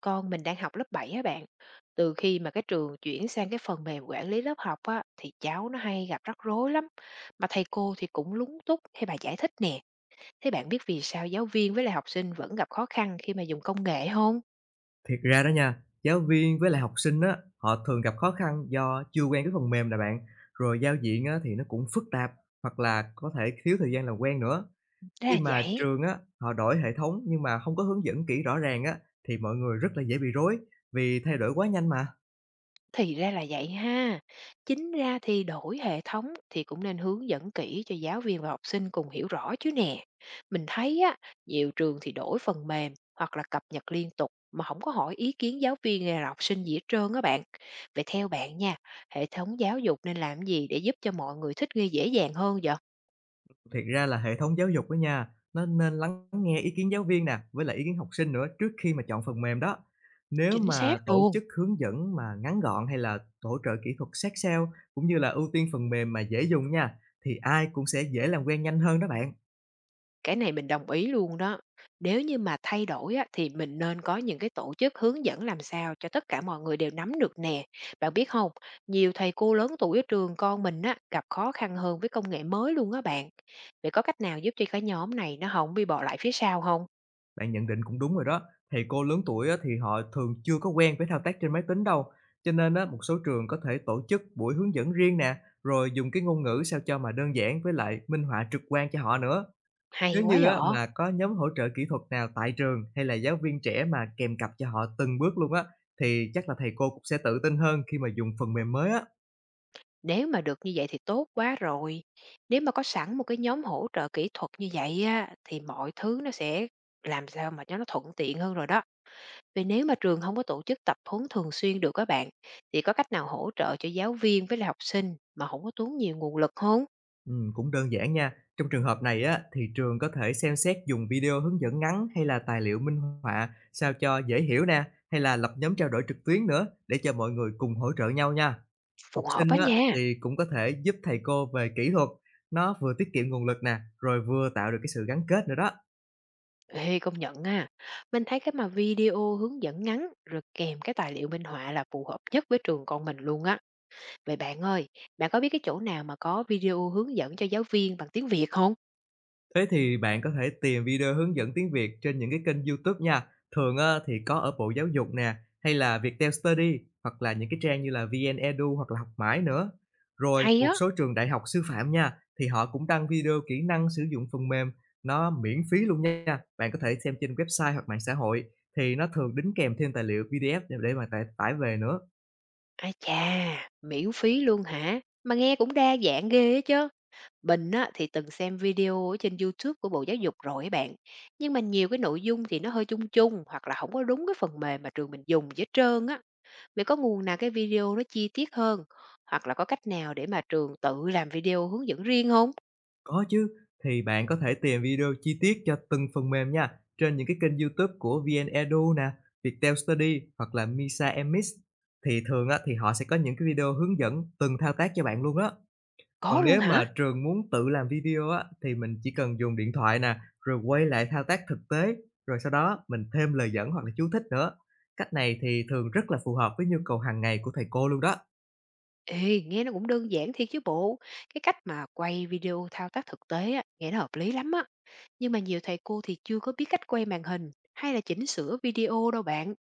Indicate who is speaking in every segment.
Speaker 1: Con mình đang học lớp 7 á bạn. Từ khi mà cái trường chuyển sang cái phần mềm quản lý lớp học á, thì cháu nó hay gặp rắc rối lắm. Mà thầy cô thì cũng lúng túng khi bà giải thích nè. Thế bạn biết vì sao giáo viên với lại học sinh vẫn gặp khó khăn khi mà dùng công nghệ không?
Speaker 2: Thiệt ra đó nha, giáo viên với lại học sinh á, họ thường gặp khó khăn do chưa quen cái phần mềm nè bạn, rồi giao diện á, thì nó cũng phức tạp hoặc là có thể thiếu thời gian làm quen nữa.
Speaker 1: Thế
Speaker 2: Khi
Speaker 1: là
Speaker 2: mà
Speaker 1: vậy.
Speaker 2: trường á, họ đổi hệ thống nhưng mà không có hướng dẫn kỹ rõ ràng á, thì mọi người rất là dễ bị rối vì thay đổi quá nhanh mà.
Speaker 1: Thì ra là vậy ha. Chính ra thì đổi hệ thống thì cũng nên hướng dẫn kỹ cho giáo viên và học sinh cùng hiểu rõ chứ nè. Mình thấy á, nhiều trường thì đổi phần mềm hoặc là cập nhật liên tục mà không có hỏi ý kiến giáo viên hay là học sinh gì hết trơn á bạn. Vậy theo bạn nha, hệ thống giáo dục nên làm gì để giúp cho mọi người thích nghi dễ dàng hơn vậy?
Speaker 2: Thiệt ra là hệ thống giáo dục á nha, nó nên lắng nghe ý kiến giáo viên nè, với lại ý kiến học sinh nữa trước khi mà chọn phần mềm đó. Nếu
Speaker 1: Chính xác
Speaker 2: mà tổ
Speaker 1: luôn.
Speaker 2: chức hướng dẫn mà ngắn gọn hay là hỗ trợ kỹ thuật sát sao cũng như là ưu tiên phần mềm mà dễ dùng nha, thì ai cũng sẽ dễ làm quen nhanh hơn đó bạn.
Speaker 1: Cái này mình đồng ý luôn đó. Nếu như mà thay đổi á, thì mình nên có những cái tổ chức hướng dẫn làm sao cho tất cả mọi người đều nắm được nè. Bạn biết không, nhiều thầy cô lớn tuổi ở trường con mình á, gặp khó khăn hơn với công nghệ mới luôn á bạn. Vậy có cách nào giúp cho cái nhóm này nó không bị bỏ lại phía sau không?
Speaker 2: Bạn nhận định cũng đúng rồi đó. Thầy cô lớn tuổi á, thì họ thường chưa có quen với thao tác trên máy tính đâu. Cho nên á, một số trường có thể tổ chức buổi hướng dẫn riêng nè, rồi dùng cái ngôn ngữ sao cho mà đơn giản với lại minh họa trực quan cho họ nữa.
Speaker 1: Hay
Speaker 2: Nếu
Speaker 1: quá
Speaker 2: như á
Speaker 1: dở.
Speaker 2: mà có nhóm hỗ trợ kỹ thuật nào tại trường hay là giáo viên trẻ mà kèm cặp cho họ từng bước luôn á, thì chắc là thầy cô cũng sẽ tự tin hơn khi mà dùng phần mềm mới á.
Speaker 1: Nếu mà được như vậy thì tốt quá rồi. Nếu mà có sẵn một cái nhóm hỗ trợ kỹ thuật như vậy á, thì mọi thứ nó sẽ làm sao mà cho nó thuận tiện hơn rồi đó. Vậy nếu mà trường không có tổ chức tập huấn thường xuyên được các bạn, thì có cách nào hỗ trợ cho giáo viên với lại học sinh mà không có tốn nhiều nguồn lực không?
Speaker 2: Cũng đơn giản nha. Trong trường hợp này á, thì trường có thể xem xét dùng video hướng dẫn ngắn hay là tài liệu minh họa sao cho dễ hiểu nè, hay là lập nhóm trao đổi trực tuyến nữa để cho mọi người cùng hỗ trợ nhau nha. Học
Speaker 1: Phù hợp
Speaker 2: sinh
Speaker 1: á
Speaker 2: á,
Speaker 1: nha.
Speaker 2: thì cũng có thể giúp thầy cô về kỹ thuật, nó vừa tiết kiệm nguồn lực nè, rồi vừa tạo được cái sự gắn kết nữa đó.
Speaker 1: Ê, công nhận à, mình thấy cái mà video hướng dẫn ngắn rồi kèm cái tài liệu minh họa là phù hợp nhất với trường con mình luôn á. Vậy bạn ơi, bạn có biết cái chỗ nào mà có video hướng dẫn cho giáo viên bằng tiếng Việt không?
Speaker 2: Thế thì bạn có thể tìm video hướng dẫn tiếng Việt trên những cái kênh YouTube nha. Thường á, thì có ở Bộ Giáo dục nè, hay là Viettel Study, hoặc là những cái trang như là VnEdu hoặc là Học Mãi nữa. Rồi
Speaker 1: Hay
Speaker 2: một
Speaker 1: á!
Speaker 2: số trường đại học sư phạm nha, thì họ cũng đăng video kỹ năng sử dụng phần mềm, nó miễn phí luôn nha. Bạn có thể xem trên website hoặc mạng xã hội, thì nó thường đính kèm thêm tài liệu PDF để mà tải tải về nữa.
Speaker 1: Ai chà, miễn phí luôn hả? Mà nghe cũng đa dạng ghê á chớ. Mình á, thì từng xem video ở trên YouTube của Bộ Giáo dục rồi ấy bạn, nhưng mà nhiều cái nội dung thì nó hơi chung chung hoặc là không có đúng cái phần mềm mà trường mình dùng gì hết trơn á. Vậy có nguồn nào cái video nó chi tiết hơn hoặc là có cách nào để mà trường tự làm video hướng dẫn riêng không?
Speaker 2: Có chứ, thì bạn có thể tìm video chi tiết cho từng phần mềm nha, trên những cái kênh YouTube của VnEdu nè, Viettel Study hoặc là Misa emis. Thì thường á, thì họ sẽ có những cái video hướng dẫn từng thao tác cho bạn luôn đó. Còn
Speaker 1: Có luôn
Speaker 2: nếu mà
Speaker 1: hả?
Speaker 2: trường muốn tự làm video á, thì mình chỉ cần dùng điện thoại nè, rồi quay lại thao tác thực tế, rồi sau đó mình thêm lời dẫn hoặc là chú thích nữa. Cách này thì thường rất là phù hợp với nhu cầu hàng ngày của thầy cô luôn đó.
Speaker 1: Ê, nghe nó cũng đơn giản thiệt chứ bộ. Cái cách mà quay video thao tác thực tế á, nghe nó hợp lý lắm á, nhưng mà nhiều thầy cô thì chưa có biết cách quay màn hình hay là chỉnh sửa video đâu bạn.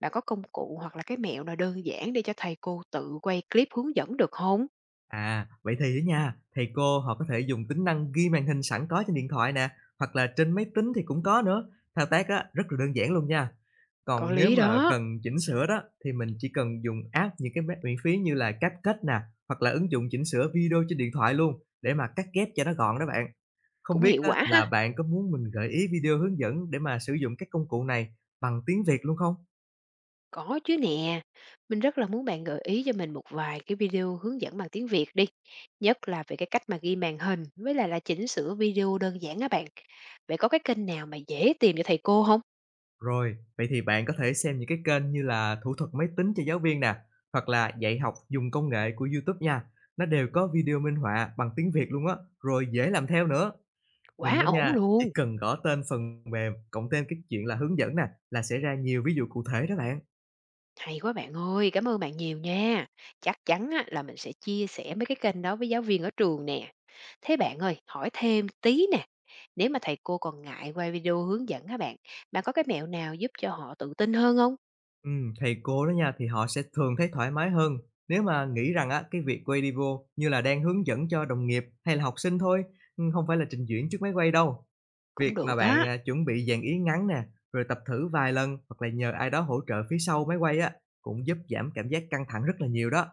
Speaker 1: Bạn có công cụ hoặc là cái mẹo nào đơn giản để cho thầy cô tự quay clip hướng dẫn được không?
Speaker 2: À, vậy thì á nha, thầy cô họ có thể dùng tính năng ghi màn hình sẵn có trên điện thoại nè, hoặc là trên máy tính thì cũng có nữa. Thao tác á, rất là đơn giản luôn nha.
Speaker 1: Có
Speaker 2: Còn nếu
Speaker 1: lý
Speaker 2: mà
Speaker 1: đó.
Speaker 2: cần chỉnh sửa đó thì mình chỉ cần dùng app những cái miễn phí như là CapCut nè, hoặc là ứng dụng chỉnh sửa video trên điện thoại luôn, để mà cắt ghép cho nó gọn đó bạn. Không
Speaker 1: Cũng
Speaker 2: biết
Speaker 1: hiệu
Speaker 2: á,
Speaker 1: quả ha?
Speaker 2: là bạn có muốn mình gợi ý video hướng dẫn để mà sử dụng các công cụ này bằng tiếng Việt luôn không?
Speaker 1: Có chứ nè. Mình rất là muốn bạn gợi ý cho mình một vài cái video hướng dẫn bằng tiếng Việt đi, nhất là về cái cách mà ghi màn hình với lại là chỉnh sửa video đơn giản á bạn. Vậy có cái kênh nào mà dễ tìm cho thầy cô không?
Speaker 2: Rồi, vậy thì bạn có thể xem những cái kênh như là Thủ thuật máy tính cho giáo viên nè, hoặc là Dạy học dùng công nghệ của YouTube nha. Nó đều có video minh họa bằng tiếng Việt luôn á, rồi dễ làm theo nữa. Mình
Speaker 1: Quá
Speaker 2: đó
Speaker 1: ổn
Speaker 2: nha, chỉ
Speaker 1: luôn!
Speaker 2: cần gõ tên phần mềm, cộng thêm cái chuyện là hướng dẫn nè, là sẽ ra nhiều ví dụ cụ thể đó bạn.
Speaker 1: Hay quá bạn ơi, cảm ơn bạn nhiều nha. Chắc chắn á là mình sẽ chia sẻ mấy cái kênh đó với giáo viên ở trường nè. Thế bạn ơi, hỏi thêm tí nè, nếu mà thầy cô còn ngại quay video hướng dẫn các bạn, bạn có cái mẹo nào giúp cho họ tự tin hơn không?
Speaker 2: Thầy cô đó nha, thì họ sẽ thường thấy thoải mái hơn. Nếu mà nghĩ rằng á, cái việc quay video như là đang hướng dẫn cho đồng nghiệp hay là học sinh thôi, không phải là trình diễn trước máy quay đâu. Việc
Speaker 1: Cũng được
Speaker 2: mà bạn,
Speaker 1: á.
Speaker 2: chuẩn bị dàn ý ngắn nè, rồi tập thử vài lần hoặc là nhờ ai đó hỗ trợ phía sau máy quay á, cũng giúp giảm cảm giác căng thẳng rất là nhiều đó.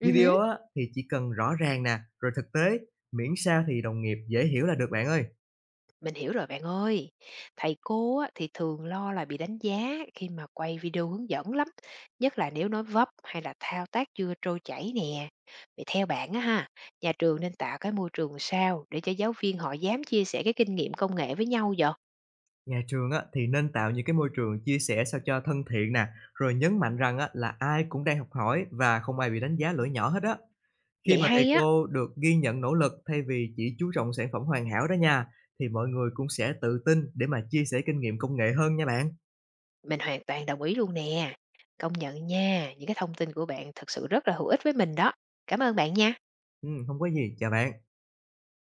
Speaker 1: Ừ hứ.
Speaker 2: Video á, thì chỉ cần rõ ràng nè, rồi thực tế, miễn sao thì đồng nghiệp dễ hiểu là được bạn ơi.
Speaker 1: Mình hiểu rồi bạn ơi. Thầy cô á, thì thường lo là bị đánh giá khi mà quay video hướng dẫn lắm, nhất là nếu nói vấp hay là thao tác chưa trôi chảy nè. Vậy theo bạn á ha, nhà trường nên tạo cái môi trường sao để cho giáo viên họ dám chia sẻ cái kinh nghiệm công nghệ với nhau vậy?
Speaker 2: Nhà trường á, thì nên tạo những cái môi trường chia sẻ sao cho thân thiện nè, rồi nhấn mạnh rằng á, là ai cũng đang học hỏi và không ai bị đánh giá lỗi nhỏ hết á. Khi
Speaker 1: Vậy
Speaker 2: mà thầy
Speaker 1: hay á.
Speaker 2: cô được ghi nhận nỗ lực thay vì chỉ chú trọng sản phẩm hoàn hảo đó nha, thì mọi người cũng sẽ tự tin để mà chia sẻ kinh nghiệm công nghệ hơn nha bạn.
Speaker 1: Mình hoàn toàn đồng ý luôn nè. Công nhận nha, những cái thông tin của bạn thật sự rất là hữu ích với mình đó. Cảm ơn bạn nha.
Speaker 2: Hông có gì, chào bạn.